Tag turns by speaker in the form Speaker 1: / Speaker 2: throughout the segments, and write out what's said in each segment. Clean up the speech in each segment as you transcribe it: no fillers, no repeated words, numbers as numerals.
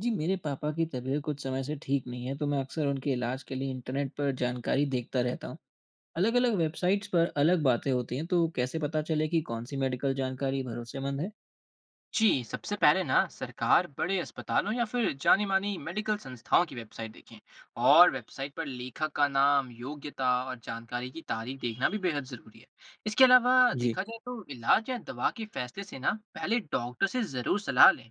Speaker 1: जी, मेरे पापा की तबीयत कुछ समय से ठीक नहीं है, तो मैं अक्सर उनके इलाज के लिए इंटरनेट पर जानकारी देखता रहता हूँ। अलग-अलग वेबसाइट्स पर अलग बातें होती हैं, तो कैसे पता चले कि कौन सी मेडिकल जानकारी भरोसेमंद है?
Speaker 2: जी, सबसे पहले ना सरकार बड़े अस्पतालों या फिर जानी-मानी मेडिकल संस्थाओं की वेबसाइट देखें। और वेबसाइट पर लेखक का नाम, योग्यता और जानकारी की तारीख देखना भी बेहद ज़रूरी है। इसके अलावा
Speaker 1: जी,
Speaker 2: देखा जाए तो इलाज या दवा के फैसले से ना पहले डॉक्टर से ज़रूर सलाह लें।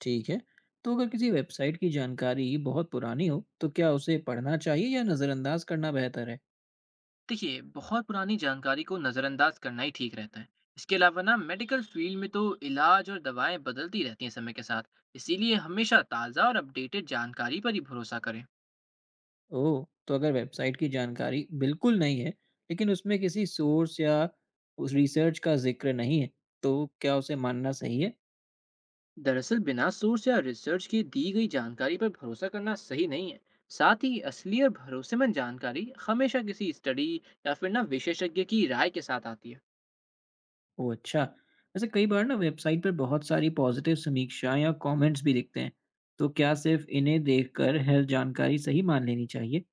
Speaker 1: ठीक है। तो अगर किसी वेबसाइट की जानकारी बहुत पुरानी हो, तो क्या उसे पढ़ना चाहिए या नज़रअंदाज करना बेहतर है?
Speaker 2: देखिए, बहुत पुरानी जानकारी को नज़रअंदाज करना ही ठीक रहता है। इसके अलावा ना मेडिकल फील्ड में तो इलाज और दवाएं बदलती रहती हैं समय के साथ, इसीलिए हमेशा ताज़ा और अपडेटेड जानकारी पर ही भरोसा करें।
Speaker 1: ओह! तो अगर वेबसाइट की जानकारी बिल्कुल नहीं है, लेकिन उसमें किसी सोर्स या उस रिसर्च का ज़िक्र नहीं है, तो क्या उसे मानना सही है?
Speaker 2: दरअसल बिना सोर्स या रिसर्च के दी गई जानकारी पर भरोसा करना सही नहीं है। साथ ही असली और भरोसेमंद जानकारी हमेशा किसी स्टडी या फिर ना विशेषज्ञ की राय के साथ आती है।
Speaker 1: ओह अच्छा। वैसे कई बार ना वेबसाइट पर बहुत सारी पॉजिटिव समीक्षाएं या कमेंट्स भी दिखते हैं, तो क्या सिर्फ इन्हें देखकर हेल्थ जानकारी सही मान लेनी चाहिए?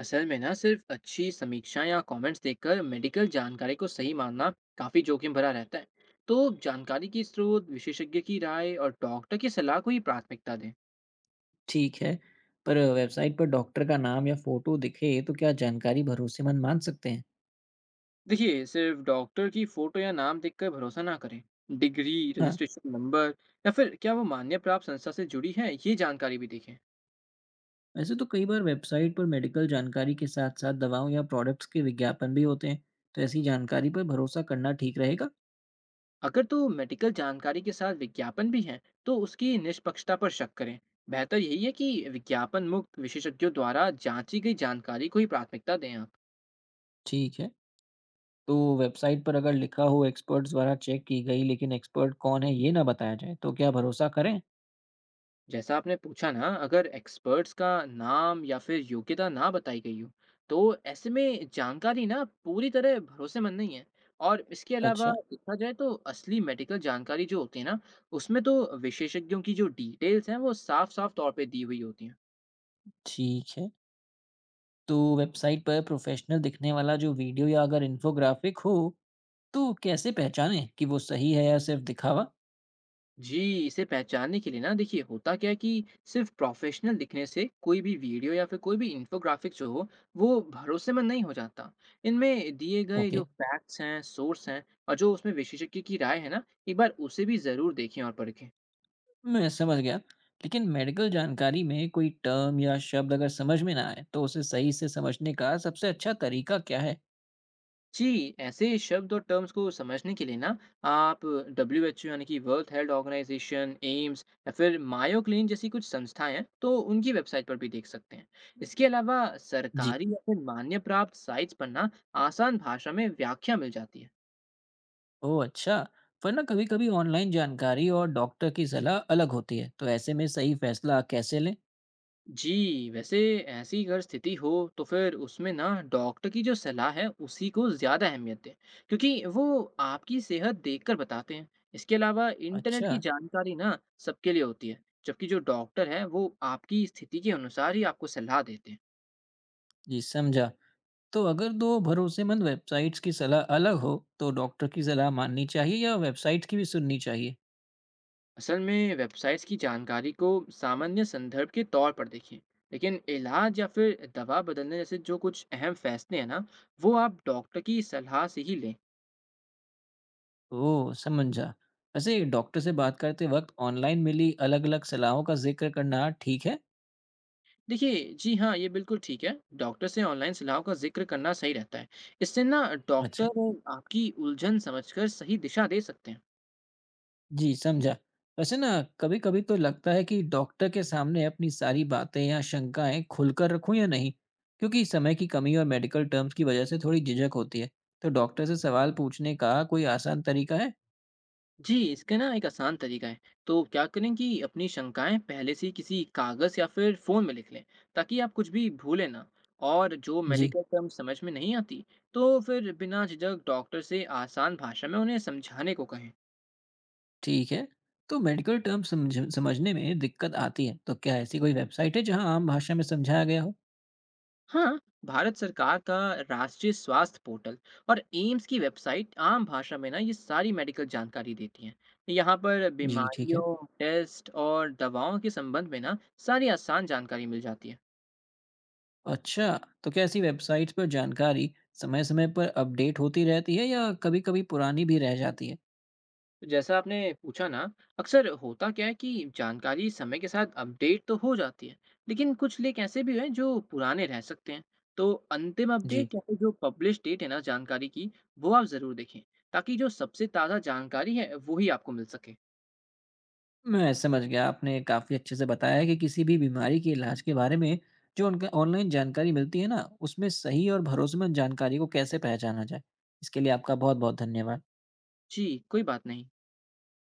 Speaker 2: असल में ना सिर्फ अच्छी समीक्षाएं या कमेंट्स देखकर मेडिकल जानकारी को सही मानना काफी जोखिम भरा रहता है। तो जानकारी की स्रोत, विशेषज्ञ की राय और डॉक्टर की सलाह को ही प्राथमिकता दें।
Speaker 1: ठीक है। पर वेबसाइट पर डॉक्टर का नाम या फोटो दिखे तो क्या जानकारी भरोसेमंद मान सकते हैं?
Speaker 2: देखिए, सिर्फ डॉक्टर की फोटो या नाम देखकर भरोसा ना करें। डिग्री,
Speaker 1: हाँ,
Speaker 2: रजिस्ट्रेशन नंबर या फिर क्या वो मान्य प्राप्त संस्था से जुड़ी है, ये जानकारी भी देखें।
Speaker 1: वैसे तो कई बार वेबसाइट पर मेडिकल जानकारी के साथ साथ दवाओं या प्रोडक्ट्स के विज्ञापन भी होते हैं, तो ऐसी जानकारी पर भरोसा करना ठीक रहेगा?
Speaker 2: अगर तो मेडिकल जानकारी के साथ विज्ञापन भी है, तो उसकी निष्पक्षता पर शक करें। बेहतर यही है कि विज्ञापन मुक्त विशेषज्ञों द्वारा जांची गई जानकारी को ही प्राथमिकता दें आप।
Speaker 1: ठीक है। तो वेबसाइट पर अगर लिखा हो एक्सपर्ट्स द्वारा चेक की गई, लेकिन एक्सपर्ट कौन है ये ना बताया जाए, तो क्या भरोसा करें?
Speaker 2: जैसा आपने पूछा ना, अगर एक्सपर्ट्स का नाम या फिर योग्यता ना बताई गई हो, तो ऐसे में जानकारी ना पूरी तरह भरोसेमंद नहीं है। और इसके अलावा
Speaker 1: अच्छा,
Speaker 2: देखा जाए तो असली मेडिकल जानकारी जो होती है ना, उसमें तो विशेषज्ञों की जो डिटेल्स हैं वो साफ साफ तौर पे दी हुई होती हैं।
Speaker 1: ठीक है। तो वेबसाइट पर प्रोफ़ेशनल दिखने वाला जो वीडियो या अगर इन्फोग्राफ़िक हो, तो कैसे पहचानें कि वो सही है या सिर्फ़ दिखावा?
Speaker 2: जी, इसे पहचानने के लिए ना, देखिए होता क्या है कि सिर्फ प्रोफेशनल दिखने से कोई भी वीडियो या फिर कोई भी इन्फोग्राफिक्स जो हो, वो भरोसेमंद नहीं हो जाता। इनमें दिए गए
Speaker 1: ओके,
Speaker 2: जो फैक्ट्स हैं, सोर्स हैं और जो उसमें विशेषज्ञ की राय है ना, एक बार उसे भी जरूर देखें और परखें।
Speaker 1: मैं समझ गया। लेकिन मेडिकल जानकारी में कोई टर्म या शब्द अगर समझ में ना आए, तो उसे सही से समझने का सबसे अच्छा तरीका क्या है?
Speaker 2: जी, ऐसे शब्द और टर्म्स को समझने के लिए ना, आप डब्ल्यूएचओ यानी कि वर्ल्ड हेल्थ ऑर्गेनाइजेशन, एम्स या फिर मायो क्लिनिक जैसी कुछ संस्थाएं हैं, तो उनकी वेबसाइट पर भी देख सकते हैं। इसके अलावा
Speaker 1: जी।
Speaker 2: सरकारी या फिर मान्य प्राप्त साइट्स पर ना आसान भाषा में व्याख्या मिल जाती है।
Speaker 1: ओह अच्छा, वरना कभी-कभी ऑनलाइन जानकारी और डॉक्टर की सलाह अलग होती है, तो ऐसे में सही फ़ैसला कैसे लें?
Speaker 2: जी, वैसे ऐसी अगर स्थिति हो तो फिर उसमें ना डॉक्टर की जो सलाह है उसी को ज़्यादा अहमियत दें, क्योंकि वो आपकी सेहत देखकर बताते हैं। इसके अलावा इंटरनेट
Speaker 1: अच्छा,
Speaker 2: की जानकारी ना सबके लिए होती है, जबकि जो डॉक्टर है वो आपकी स्थिति के अनुसार ही आपको सलाह देते हैं।
Speaker 1: जी समझा। तो अगर दो भरोसेमंद वेबसाइट्स की सलाह अलग हो, तो डॉक्टर की सलाह माननी चाहिए या वेबसाइट्स की भी सुननी चाहिए?
Speaker 2: असल में वेबसाइट्स की जानकारी को सामान्य संदर्भ के तौर पर देखें, लेकिन इलाज या फिर दवा बदलने जैसे जो कुछ अहम फैसले हैं ना, वो आप डॉक्टर की सलाह से ही लें।
Speaker 1: ओह समझा। वैसे डॉक्टर से बात करते वक्त ऑनलाइन मिली अलग अलग सलाहों का जिक्र करना ठीक है?
Speaker 2: देखिए, जी हाँ, ये बिल्कुल ठीक है। डॉक्टर से ऑनलाइन सलाह का जिक्र करना सही रहता है। इससे ना डॉक्टर
Speaker 1: अच्छा,
Speaker 2: आपकी उलझन समझकर सही दिशा दे सकते हैं।
Speaker 1: जी समझा। वैसे ना कभी कभी तो लगता है कि डॉक्टर के सामने अपनी सारी बातें या शंकाएं खुलकर रखूं या नहीं, क्योंकि समय की कमी और मेडिकल टर्म्स की वजह से थोड़ी झिझक होती है। तो डॉक्टर से सवाल पूछने का कोई आसान तरीका है?
Speaker 2: जी, इसका ना एक आसान तरीका है। तो क्या करें कि अपनी शंकाएं पहले से ही किसी कागज या फिर फोन में लिख लें, ताकि आप कुछ भी भूलें ना। और जो
Speaker 1: जी,
Speaker 2: मेडिकल टर्म समझ में नहीं आती, तो फिर बिना झिझक डॉक्टर से आसान भाषा में उन्हें समझाने को कहें।
Speaker 1: ठीक है। तो मेडिकल टर्म समझने में दिक्कत आती है, तो क्या ऐसी कोई वेबसाइट है जहाँ आम भाषा में समझाया गया हो?
Speaker 2: हाँ, भारत सरकार का राष्ट्रीय स्वास्थ्य पोर्टल और एम्स की वेबसाइट आम भाषा में ना ये सारी मेडिकल जानकारी देती हैं। यहाँ पर
Speaker 1: जी, ठीक है।
Speaker 2: बीमारियों, टेस्ट और दवाओं के संबंध में ना सारी आसान जानकारी मिल जाती है।
Speaker 1: अच्छा, तो क्या ऐसी वेबसाइट्स पर जानकारी समय-समय पर अपडेट होती रहती है या कभी-कभी पुरानी भी रह जाती है?
Speaker 2: तो जैसा आपने पूछा ना, अक्सर होता क्या है कि जानकारी समय के साथ अपडेट तो हो जाती है, लेकिन कुछ लेख ऐसे भी हैं जो पुराने रह सकते हैं। तो अंतिम
Speaker 1: जी,
Speaker 2: अपडेट या फिर जो पब्लिश डेट है ना जानकारी की, वो आप ज़रूर देखें, ताकि जो सबसे ताज़ा जानकारी है वो ही आपको मिल सके।
Speaker 1: मैं समझ गया। आपने काफ़ी अच्छे से बताया है कि किसी भी बीमारी के इलाज के बारे में जो उनका ऑनलाइन जानकारी मिलती है ना, उसमें सही और भरोसेमंद जानकारी को कैसे पहचाना जाए। इसके लिए आपका बहुत-बहुत धन्यवाद।
Speaker 2: जी, कोई बात नहीं।